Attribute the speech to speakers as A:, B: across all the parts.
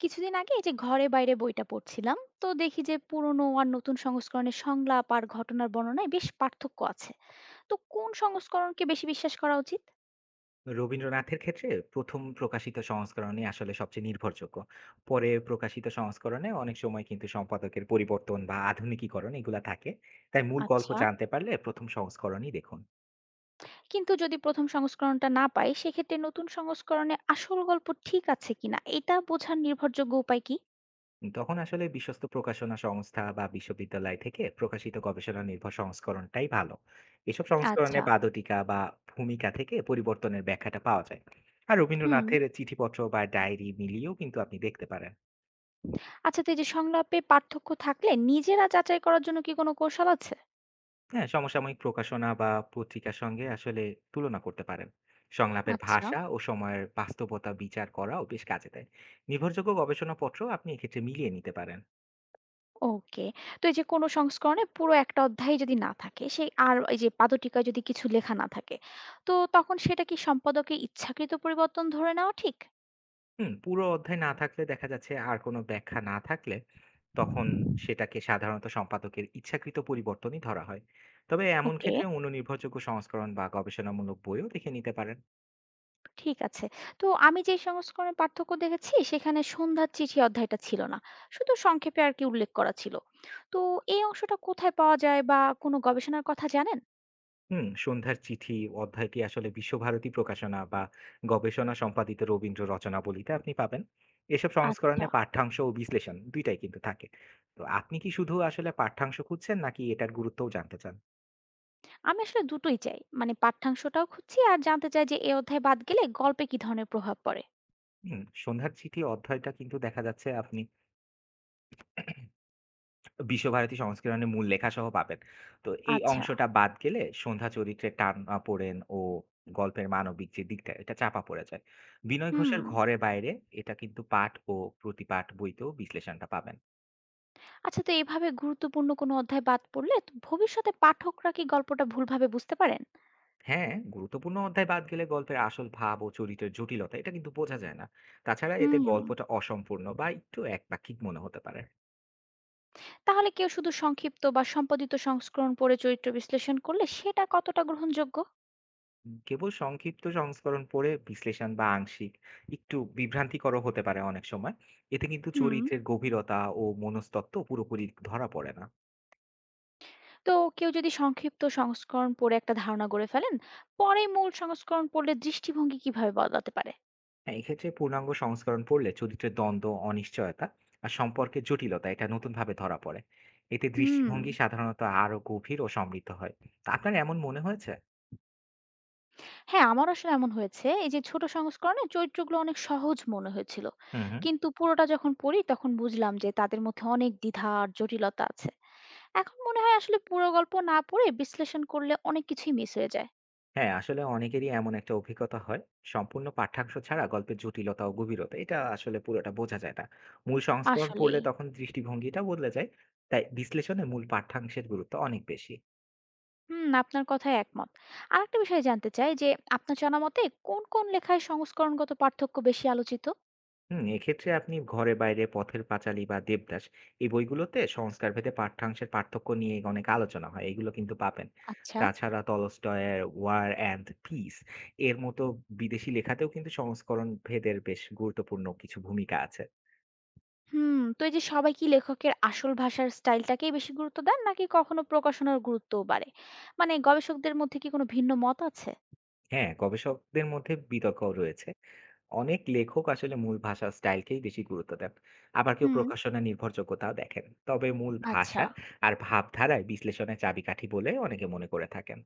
A: কিছুদিন আগে এই যে ঘরে বাইরে বইটা পড়ছিলাম তো দেখি যে পুরনো আর নতুন সংস্করণের সংলাপ আর ঘটনার বর্ণনায় বেশ পার্থক্য আছে। তো কোন সংস্করণকে বেশি বিশ্বাস করা উচিত?
B: রবীন্দ্রনাথের ক্ষেত্রে ১ম প্রকাশিত সংস্করণই আসলে সবচেয়ে নির্ভরযোগ্য। পরে প্রকাশিত সংস্করণে অনেক সময় কিন্তু সম্পাদকের পরিবর্তন বা আধুনিকীকরণ এগুলা থাকে। তাই মূল গল্প
A: আচ্ছা,
B: জানতে পারলে ১ম সংস্করণই দেখুন।
A: কিন্তু যদি প্রথম সংস্করণটা না পাই সেক্ষেত্রে নতুন সংস্করণে আসল গল্প ঠিক আছে কিনা এটা বোঝার নির্ভরযোগ্য উপায় কি?
B: তখন আসলে বিশ্বস্ত প্রকাশনা সংস্থা বা বিশ্ববিদ্যালয় থেকে প্রকাশিত গবেষণা নির্ভর সংস্করণটাই ভালো। এসব সংস্করণে
A: আচ্ছা।
B: পাদটিকা বা ভূমিকা থেকে পরিবর্তনের ব্যাখ্যাটা পাওয়া যায়। আর
A: হুম।
B: রবীন্দ্রনাথের চিঠিপত্র বা ডায়েরি মিলিয়েও কিন্তু আপনি দেখতে পারেন।
A: আচ্ছা, তো এই যে সংলাপে পার্থক্য থাকলে নিজেরা যাচাই করার জন্য কি কোনো কৌশল আছে?
B: হ্যাঁ, সমসাময়িক প্রকাশনা বা পত্রিকার সঙ্গে আসলে তুলনা করতে পারেন। সংলাপের
A: আচ্ছা।
B: ভাষা ও সময়ের বাস্তবতা বিচার করাও বেশ কাজে দেয়। নির্ভরযোগ্য গবেষণাপত্র আপনি এক্ষেত্রে মিলিয়ে নিতে পারেন।
A: ওকে। তো এই যে কোনো সংস্করণে পুরো একটা অধ্যায় যদি না থাকে, সেই আর এই যে পাদটীকায় যদি কিছু লেখা না থাকে, তো তখন সেটা কি সম্পাদকের ইচ্ছাকৃত পরিবর্তন ধরে নেওয়া ঠিক?
B: হুম, পুরো অধ্যায় না থাকলে দেখা যাচ্ছে আর কোনো ব্যাখ্যা না থাকলে তখন সেটাকে সাধারণত সম্পাদকের ইচ্ছাকৃত পরিবর্তনই ধরা হয়। তবে এমন
A: ওকে,
B: ক্ষেত্রে অন্য নির্ভরযোগ্য সংস্করণ বা গবেষণামূলক বইও দেখে নিতে পারেন।
A: ঠিক আছে। তো আমি যে সংস্করণের পার্থক্য দেখেছি সেখানে সন্ধ্যার চিঠি অধ্যায়টা ছিল না। শুধু সংক্ষেপে আর কি উল্লেখ করা ছিল। তো এই অংশটা কোথায় পাওয়া যায় বা কোনো গবেষণার কথা জানেন?
B: হুম, সন্ধ্যার চিঠি অধ্যায়টি আসলে বিশ্বভারতী প্রকাশনা বা গবেষণা সম্পাদিত রবীন্দ্র রচনাবলীতে আপনি পাবেন। এসব
A: আচ্ছা।
B: সংস্করণে পাঠ্যাংশ ও বিশ্লেষণ ২ টাই কিন্তু থাকে। তো আপনি কি শুধু আসলে পাঠ্যাংশ খুঁজছেন নাকি এটার গুরুত্বও জানতে চান?
A: আমি আসলে দুটোই চাই। মানে পাঠ্যাংশটাও খুঁজছি আর জানতে চাই যে এ অধ্যায় বাদ গেলে গল্পে কি ধরনের প্রভাব পড়ে?
B: হুম, সন্ধ্যার চিঠি অধ্যায়টা কিন্তু দেখা যাচ্ছে আপনি বিশ্বভারতী সংস্করণে মূল লেখাসহ পাবেন। তো এই
A: আচ্ছা।
B: অংশটা বাদ গেলে সন্ধ্যা চরিত্রের টানাপোড়েন ও গল্পের মানবিক যে দিকটা এটা চাপা পড়ে যায়। বিনয়
A: হুম।
B: ঘোষের ঘরে বাইরে এটা কিন্তু পাঠ ও প্রতিপাঠ বইতেও বিশ্লেষণটা পাবেন।
A: আচ্ছা, তো এভাবে গুরুত্বপূর্ণ কোনো অধ্যায় বাদ পড়লে তো ভবিষ্যতে পাঠকরা কি গল্পটা ভুলভাবে বুঝতে পারেন?
B: হ্যাঁ, গুরুত্বপূর্ণ অধ্যায় বাদ গেলে গল্পের আসল ভাব ও চরিত্রের জটিলতা এটা কিন্তু বোঝা যায় না। তাছাড়া এতে
A: হুম।
B: গল্পটা অসম্পূর্ণ বা একটু একপাক্ষিক মনে হতে পারে।
A: তাহলে কেউ শুধু সংক্ষিপ্ত বা সম্পাদিত সংস্করণ পড়ে চরিত্র বিশ্লেষণ করলে সেটা কতটা গ্রহণযোগ্য?
B: কেবল সংক্ষিপ্ত সংস্করণ পড়ে বিশ্লেষণ বা আংশিক একটু বিভ্রান্তিকরও হতে পারে অনেক সময়। এতে কিন্তু
A: হুম।
B: চরিত্রের গভীরতা ও মনস্তত্ত্ব পুরোপুরি ধরা পড়ে না।
A: তো কেউ যদি সংক্ষিপ্ত সংস্করণ পড়ে একটা ধারণা গড়ে ফেলেন, পরে মূল সংস্করণ পড়লে দৃষ্টিভঙ্গি কিভাবে বদলাতে পারে?
B: হ্যাঁ, এক্ষেত্রে পূর্ণাঙ্গ সংস্করণ পড়লে চরিত্রের দ্বন্দ্ব, অনিশ্চয়তা আর সম্পর্কের জটিলতা এটা নতুনভাবে ধরা পড়ে। এতে
A: হুম।
B: দৃষ্টিভঙ্গি সাধারণত আরো গভীর ও সমৃদ্ধ হয়। তা আপনার এমন মনে হয়েছে?
A: হ্যাঁ, আমারও আসলে এমন হয়েছে। এই যে ছোট সংস্করণে চরিত্রগুলো অনেক সহজ মনে হয়েছিল।
B: হুম হুম
A: কিন্তু পুরোটা যখন পড়ি তখন বুঝলাম যে তাদের মধ্যে অনেক দ্বিধা আর জটিলতা আছে। এখন মনে হয় আসলে পুরো গল্প না পড়ে বিশ্লেষণ করলে অনেক কিছুই মিস হয়ে যায়।
B: হ্যাঁ, আসলে অনেকেরই এমন একটা অভিজ্ঞতা হয়। সম্পূর্ণ পাঠ্যাংশ ছাড়া গল্পের জটিলতা ও গভীরতা এটা আসলে পুরোটা বোঝা যায় না। মূল সংস্করণ
A: আসলেই।
B: পড়লে তখন দৃষ্টিভঙ্গিটা বদলে যায়। তাই বিশ্লেষণে মূল পাঠ্যাংশের গুরুত্ব অনেক বেশি।
A: হুম, আপনার কথায় একমত। আরেকটা বিষয় জানতে চাই যে আপনার জানা মতে কোন লেখায় সংস্করণগত পার্থক্য বেশি আলোচিত?
B: হুম, এক্ষেত্রে আপনি ঘরে বাইরে, পথের পাঁচালী বা দেবদাস এই বইগুলোতে সংস্কারভেদে পাঠ্যাংশের পার্থক্য নিয়ে অনেক আলোচনা হয়। এগুলো কিন্তু পাবেন।
A: আচ্ছা।
B: তাছাড়া টলস্টয়ের 'War and Peace' এর মতো বিদেশি লেখাতেও কিন্তু সংস্করণ ভেদের বেশ গুরুত্বপূর্ণ কিছু ভূমিকা আছে।
A: হুম, তো এই যে সবাই কি লেখকের আসল ভাষার স্টাইলটাকেই বেশি গুরুত্ব দেন নাকি কখনো প্রকাশনার গুরুত্বও বাড়ে? মানে গবেষকদের মধ্যে কি কোনো ভিন্ন মত আছে?
B: হ্যাঁ, গবেষকদের মধ্যে বিতর্ক রয়েছে। অনেক লেখক আসলে মূল ভাষার স্টাইলকেই বেশি গুরুত্ব দেন। আবার কেউ
A: হুম।
B: প্রকাশনা নির্ভরযোগ্যতাও দেখেন। তবে মূল
A: আচ্ছা।
B: ভাষা আর ভাবধারায় বিশ্লেষণের চাবিকাঠি বলে অনেকে মনে করে থাকেন।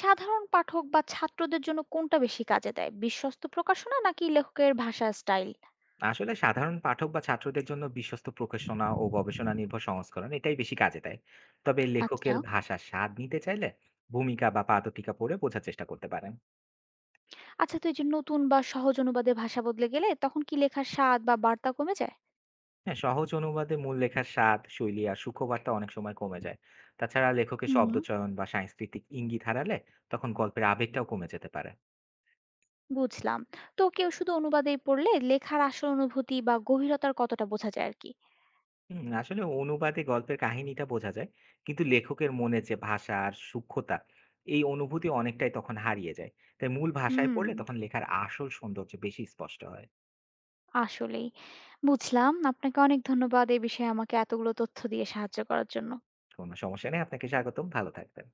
A: সাধারণ পাঠক বা ছাত্রদের জন্য কোনটা বেশি কাজে দেয়? বিশ্বস্ত প্রকাশনা নাকি লেখকের ভাষার স্টাইল?
B: আসলে সাধারণ পাঠক বা ছাত্রদের জন্য বিশ্বস্ত প্রকাশনা ও গবেষণা নির্ভর সংস্করণ এটাই বেশি কাজে দেয়। তবে
A: আচ্ছা।
B: লেখকের ভাষার স্বাদ নিতে চাইলে ভূমিকা বা পাদটিকা পড়ে বোঝার চেষ্টা করতে পারেন।
A: আচ্ছা, তো এই যে নতুন বা সহজ অনুবাদে ভাষা বদলে গেলে তখন কি লেখার স্বাদ বা বার্তা কমে যায়?
B: হ্যাঁ, সহজ অনুবাদে মূল লেখার স্বাদ, শৈলী আর সূক্ষ্মবার্তা অনেক সময় কমে যায়। তাছাড়া লেখকের
A: হুম।
B: শব্দচয়ন বা সাংস্কৃতিক ইঙ্গিত হারালে তখন গল্পের আবেগটাও কমে যেতে পারে।
A: বুঝলাম। তো কেউ শুধু অনুবাদেই পড়লে লেখার আসল অনুভূতি বা গভীরতার কতটা বোঝা যায় আর কি?
B: হুম, আসলে অনুবাদে গল্পের কাহিনীটা বোঝা যায়, কিন্তু লেখকের মনে যে ভাষা আর সূক্ষ্মতা, এই অনুভূতি অনেকটাই তখন হারিয়ে যায়। তাই মূল ভাষায়
A: হুম।
B: পড়লে তখন লেখার আসল সৌন্দর্য বেশি স্পষ্ট হয়।
A: আসলেই। বুঝলাম। আপনাকে অনেক ধন্যবাদ এই বিষয়ে আমাকে এতগুলো তথ্য দিয়ে সাহায্য করার জন্য।
B: কোনো সমস্যা নেই, আপনাকে স্বাগতম। ভালো থাকবেন।